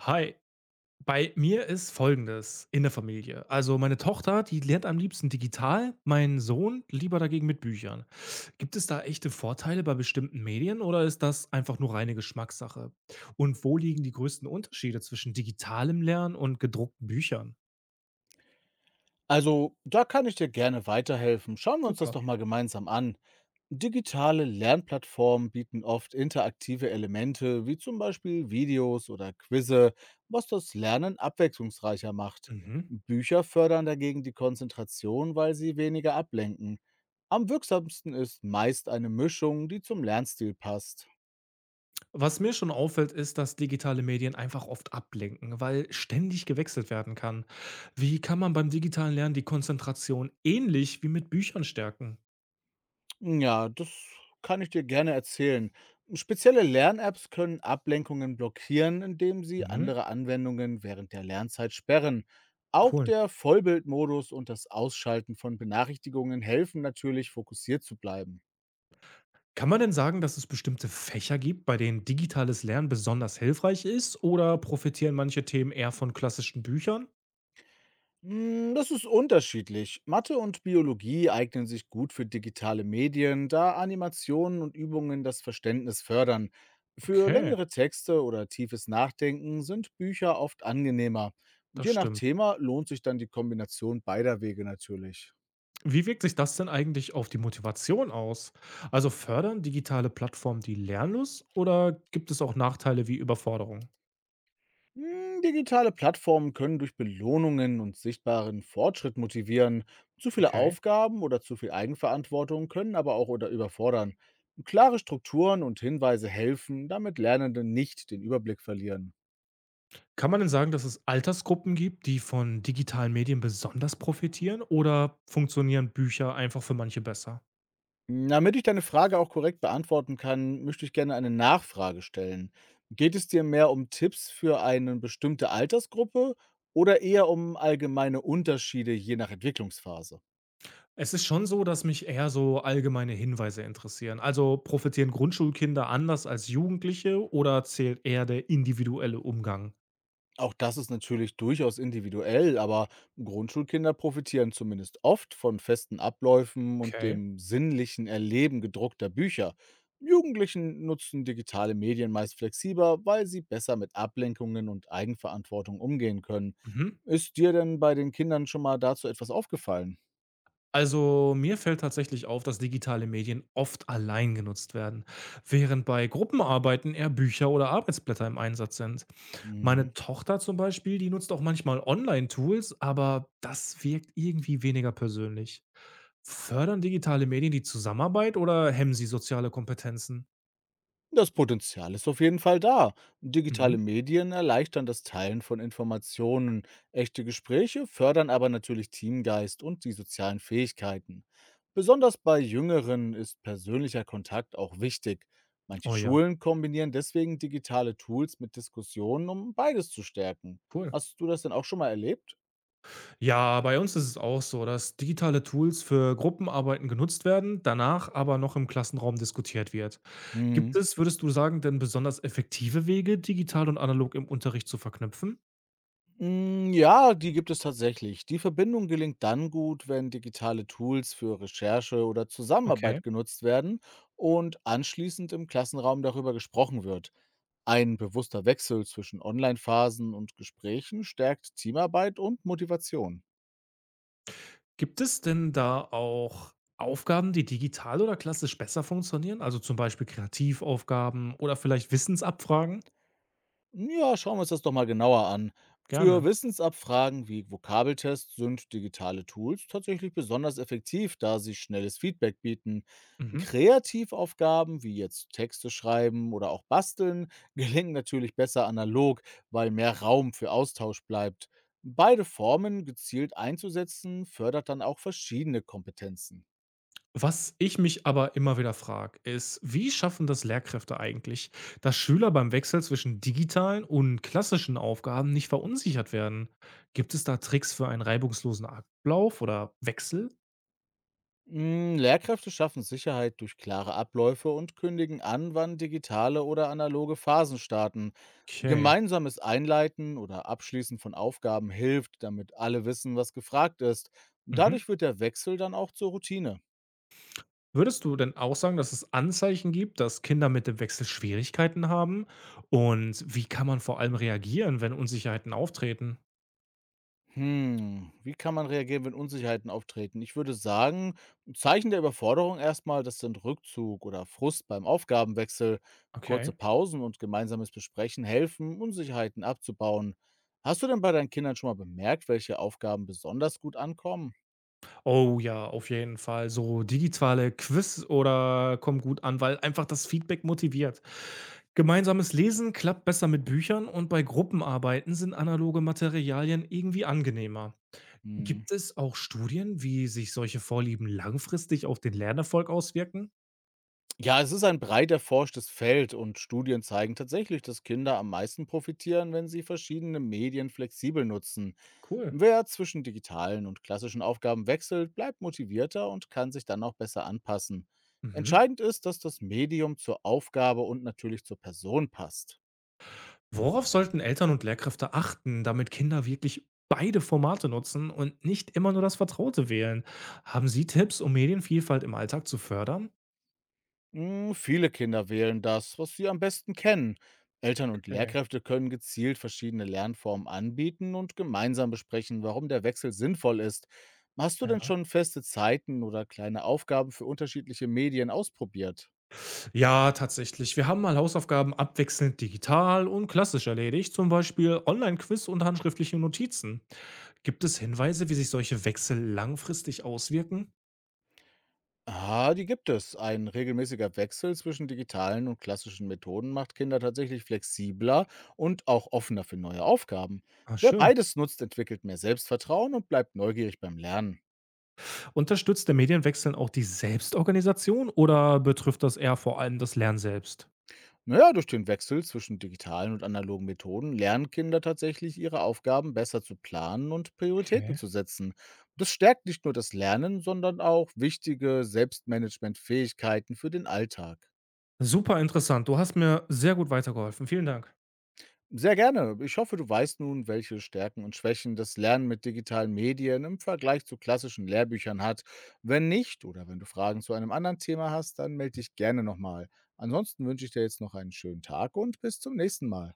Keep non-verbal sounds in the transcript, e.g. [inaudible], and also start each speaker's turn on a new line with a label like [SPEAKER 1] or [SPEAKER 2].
[SPEAKER 1] Hi, bei mir ist Folgendes in der Familie. Also meine Tochter, die lernt am liebsten digital, mein Sohn lieber dagegen mit Büchern. Gibt es da echte Vorteile bei bestimmten Medien oder ist das einfach nur reine Geschmackssache? Und wo liegen die größten Unterschiede zwischen digitalem Lernen und gedruckten Büchern?
[SPEAKER 2] Also, da kann ich dir gerne weiterhelfen. Schauen wir uns das
[SPEAKER 1] Super.
[SPEAKER 2] doch mal gemeinsam an. Digitale Lernplattformen bieten oft interaktive Elemente, wie zum Beispiel Videos oder Quizze, was das Lernen abwechslungsreicher macht.
[SPEAKER 1] Mhm.
[SPEAKER 2] Bücher fördern dagegen die Konzentration, weil sie weniger ablenken. Am wirksamsten ist meist eine Mischung, die zum Lernstil passt.
[SPEAKER 1] Was mir schon auffällt, ist, dass digitale Medien einfach oft ablenken, weil ständig gewechselt werden kann. Wie kann man beim digitalen Lernen die Konzentration ähnlich wie mit Büchern stärken?
[SPEAKER 2] Ja, das kann ich dir gerne erzählen. Spezielle Lern-Apps können Ablenkungen blockieren, indem sie
[SPEAKER 1] Mhm.
[SPEAKER 2] andere Anwendungen während der Lernzeit sperren. Auch
[SPEAKER 1] Cool.
[SPEAKER 2] der Vollbildmodus und das Ausschalten von Benachrichtigungen helfen natürlich, fokussiert zu bleiben.
[SPEAKER 1] Kann man denn sagen, dass es bestimmte Fächer gibt, bei denen digitales Lernen besonders hilfreich ist oder profitieren manche Themen eher von klassischen Büchern?
[SPEAKER 2] Das ist unterschiedlich. Mathe und Biologie eignen sich gut für digitale Medien, da Animationen und Übungen das Verständnis fördern. Für
[SPEAKER 1] Okay,
[SPEAKER 2] längere Texte oder tiefes Nachdenken sind Bücher oft angenehmer.
[SPEAKER 1] das
[SPEAKER 2] Je nach
[SPEAKER 1] stimmt.
[SPEAKER 2] Thema lohnt sich dann die Kombination beider Wege natürlich.
[SPEAKER 1] Wie wirkt sich das denn eigentlich auf die Motivation aus? Also fördern digitale Plattformen die Lernlust oder gibt es auch Nachteile wie Überforderung?
[SPEAKER 2] Digitale Plattformen können durch Belohnungen und sichtbaren Fortschritt motivieren. Zu viele
[SPEAKER 1] Okay.
[SPEAKER 2] Aufgaben oder zu viel Eigenverantwortung können aber auch oder überfordern. Klare Strukturen und Hinweise helfen, damit Lernende nicht den Überblick verlieren.
[SPEAKER 1] Kann man denn sagen, dass es Altersgruppen gibt, die von digitalen Medien besonders profitieren oder funktionieren Bücher einfach für manche besser?
[SPEAKER 2] Damit ich deine Frage auch korrekt beantworten kann, möchte ich gerne eine Nachfrage stellen. Geht es dir mehr um Tipps für eine bestimmte Altersgruppe oder eher um allgemeine Unterschiede je nach Entwicklungsphase?
[SPEAKER 1] Es ist schon so, dass mich eher so allgemeine Hinweise interessieren. Also, profitieren Grundschulkinder anders als Jugendliche oder zählt eher der individuelle Umgang?
[SPEAKER 2] Auch das ist natürlich durchaus individuell, aber Grundschulkinder profitieren zumindest oft von festen Abläufen und
[SPEAKER 1] Okay.
[SPEAKER 2] dem sinnlichen Erleben gedruckter Bücher. Jugendlichen nutzen digitale Medien meist flexibler, weil sie besser mit Ablenkungen und Eigenverantwortung umgehen können.
[SPEAKER 1] Mhm.
[SPEAKER 2] Ist dir denn bei den Kindern schon mal dazu etwas aufgefallen?
[SPEAKER 1] Also, mir fällt tatsächlich auf, dass digitale Medien oft allein genutzt werden, während bei Gruppenarbeiten eher Bücher oder Arbeitsblätter im Einsatz sind. Meine
[SPEAKER 2] Mhm.
[SPEAKER 1] Tochter zum Beispiel, die nutzt auch manchmal Online-Tools, aber das wirkt irgendwie weniger persönlich. Fördern digitale Medien die Zusammenarbeit oder hemmen sie soziale Kompetenzen?
[SPEAKER 2] Das Potenzial ist auf jeden Fall da.
[SPEAKER 1] Mhm.
[SPEAKER 2] Digitale Medien erleichtern das Teilen von Informationen. Echte Gespräche fördern aber natürlich Teamgeist und die sozialen Fähigkeiten. Besonders bei Jüngeren ist persönlicher Kontakt auch wichtig. Manche
[SPEAKER 1] Oh ja,
[SPEAKER 2] Schulen kombinieren deswegen digitale Tools mit Diskussionen, um beides zu stärken.
[SPEAKER 1] cool.
[SPEAKER 2] Hast du das denn auch schon mal erlebt?
[SPEAKER 1] Ja, bei uns ist es auch so, dass digitale Tools für Gruppenarbeiten genutzt werden, danach aber noch im Klassenraum diskutiert wird. Gibt
[SPEAKER 2] Mhm.
[SPEAKER 1] es, würdest du sagen, denn besonders effektive Wege, digital und analog im Unterricht zu verknüpfen?
[SPEAKER 2] Hm, ja, die gibt es tatsächlich. Die Verbindung gelingt dann gut, wenn digitale Tools für Recherche oder
[SPEAKER 1] Okay.
[SPEAKER 2] Zusammenarbeit genutzt werden und anschließend im Klassenraum darüber gesprochen wird. Ein bewusster Wechsel zwischen Online-Phasen und Gesprächen stärkt Teamarbeit und Motivation.
[SPEAKER 1] Gibt es denn da auch Aufgaben, die digital oder klassisch besser funktionieren? Also zum Beispiel Kreativaufgaben oder vielleicht Wissensabfragen?
[SPEAKER 2] Ja, schauen wir uns das doch mal genauer an. Für
[SPEAKER 1] Gerne.
[SPEAKER 2] Wissensabfragen wie Vokabeltests sind digitale Tools tatsächlich besonders effektiv, da sie schnelles Feedback bieten.
[SPEAKER 1] Mhm.
[SPEAKER 2] Kreativaufgaben wie jetzt Texte schreiben oder auch basteln [laughs] gelingen natürlich besser analog, weil mehr Raum für Austausch bleibt. Beide Formen gezielt einzusetzen fördert dann auch verschiedene Kompetenzen.
[SPEAKER 1] Was ich mich aber immer wieder frage, ist, wie schaffen das Lehrkräfte eigentlich, dass Schüler beim Wechsel zwischen digitalen und klassischen Aufgaben nicht verunsichert werden? Gibt es da Tricks für einen reibungslosen Ablauf oder Wechsel?
[SPEAKER 2] Lehrkräfte schaffen Sicherheit durch klare Abläufe und kündigen an, wann digitale oder analoge Phasen starten.
[SPEAKER 1] Okay.
[SPEAKER 2] Gemeinsames Einleiten oder Abschließen von Aufgaben hilft, damit alle wissen, was gefragt ist.
[SPEAKER 1] Mhm.
[SPEAKER 2] Dadurch wird der Wechsel dann auch zur Routine.
[SPEAKER 1] Würdest du denn auch sagen, dass es Anzeichen gibt, dass Kinder mit dem Wechsel Schwierigkeiten haben? Und wie kann man vor allem reagieren, wenn Unsicherheiten auftreten?
[SPEAKER 2] Wie kann man reagieren, wenn Unsicherheiten auftreten? Ich würde sagen, 'n Zeichen der Überforderung erstmal, das sind Rückzug oder Frust beim Aufgabenwechsel.
[SPEAKER 1] Okay.
[SPEAKER 2] Kurze Pausen und gemeinsames Besprechen helfen, Unsicherheiten abzubauen. Hast du denn bei deinen Kindern schon mal bemerkt, welche Aufgaben besonders gut ankommen?
[SPEAKER 1] Oh ja, auf jeden Fall. So digitale Quiz oder kommen gut an, weil einfach das Feedback motiviert. Gemeinsames Lesen klappt besser mit Büchern und bei Gruppenarbeiten sind analoge Materialien irgendwie angenehmer.
[SPEAKER 2] Mhm.
[SPEAKER 1] Gibt es auch Studien, wie sich solche Vorlieben langfristig auf den Lernerfolg auswirken?
[SPEAKER 2] Ja, es ist ein breit erforschtes Feld und Studien zeigen tatsächlich, dass Kinder am meisten profitieren, wenn sie verschiedene Medien flexibel nutzen.
[SPEAKER 1] Cool.
[SPEAKER 2] Wer zwischen digitalen und klassischen Aufgaben wechselt, bleibt motivierter und kann sich dann auch besser anpassen.
[SPEAKER 1] Mhm.
[SPEAKER 2] Entscheidend ist, dass das Medium zur Aufgabe und natürlich zur Person passt.
[SPEAKER 1] Worauf sollten Eltern und Lehrkräfte achten, damit Kinder wirklich beide Formate nutzen und nicht immer nur das Vertraute wählen? Haben Sie Tipps, um Medienvielfalt im Alltag zu fördern?
[SPEAKER 2] Viele Kinder wählen das, was sie am besten kennen. Eltern und
[SPEAKER 1] Okay.
[SPEAKER 2] Lehrkräfte können gezielt verschiedene Lernformen anbieten und gemeinsam besprechen, warum der Wechsel sinnvoll ist. Hast du denn
[SPEAKER 1] Ja.
[SPEAKER 2] schon feste Zeiten oder kleine Aufgaben für unterschiedliche Medien ausprobiert?
[SPEAKER 1] Ja, tatsächlich. Wir haben mal Hausaufgaben abwechselnd digital und klassisch erledigt, zum Beispiel Online-Quiz und handschriftliche Notizen. Gibt es Hinweise, wie sich solche Wechsel langfristig auswirken?
[SPEAKER 2] Ah, die gibt es. Ein regelmäßiger Wechsel zwischen digitalen und klassischen Methoden macht Kinder tatsächlich flexibler und auch offener für neue Aufgaben.
[SPEAKER 1] Ah,
[SPEAKER 2] Wer
[SPEAKER 1] schön.
[SPEAKER 2] beides nutzt, entwickelt mehr Selbstvertrauen und bleibt neugierig beim Lernen.
[SPEAKER 1] Unterstützt der Medienwechsel auch die Selbstorganisation oder betrifft das eher vor allem das Lernen selbst?
[SPEAKER 2] Naja, durch den Wechsel zwischen digitalen und analogen Methoden lernen Kinder tatsächlich, ihre Aufgaben besser zu planen und Prioritäten
[SPEAKER 1] Okay.
[SPEAKER 2] zu setzen. Das stärkt nicht nur das Lernen, sondern auch wichtige Selbstmanagementfähigkeiten für den Alltag.
[SPEAKER 1] Super interessant. Du hast mir sehr gut weitergeholfen. Vielen Dank.
[SPEAKER 2] Sehr gerne. Ich hoffe, du weißt nun, welche Stärken und Schwächen das Lernen mit digitalen Medien im Vergleich zu klassischen Lehrbüchern hat. Wenn nicht oder wenn du Fragen zu einem anderen Thema hast, dann melde dich gerne nochmal. Ansonsten wünsche ich dir jetzt noch einen schönen Tag und bis zum nächsten Mal.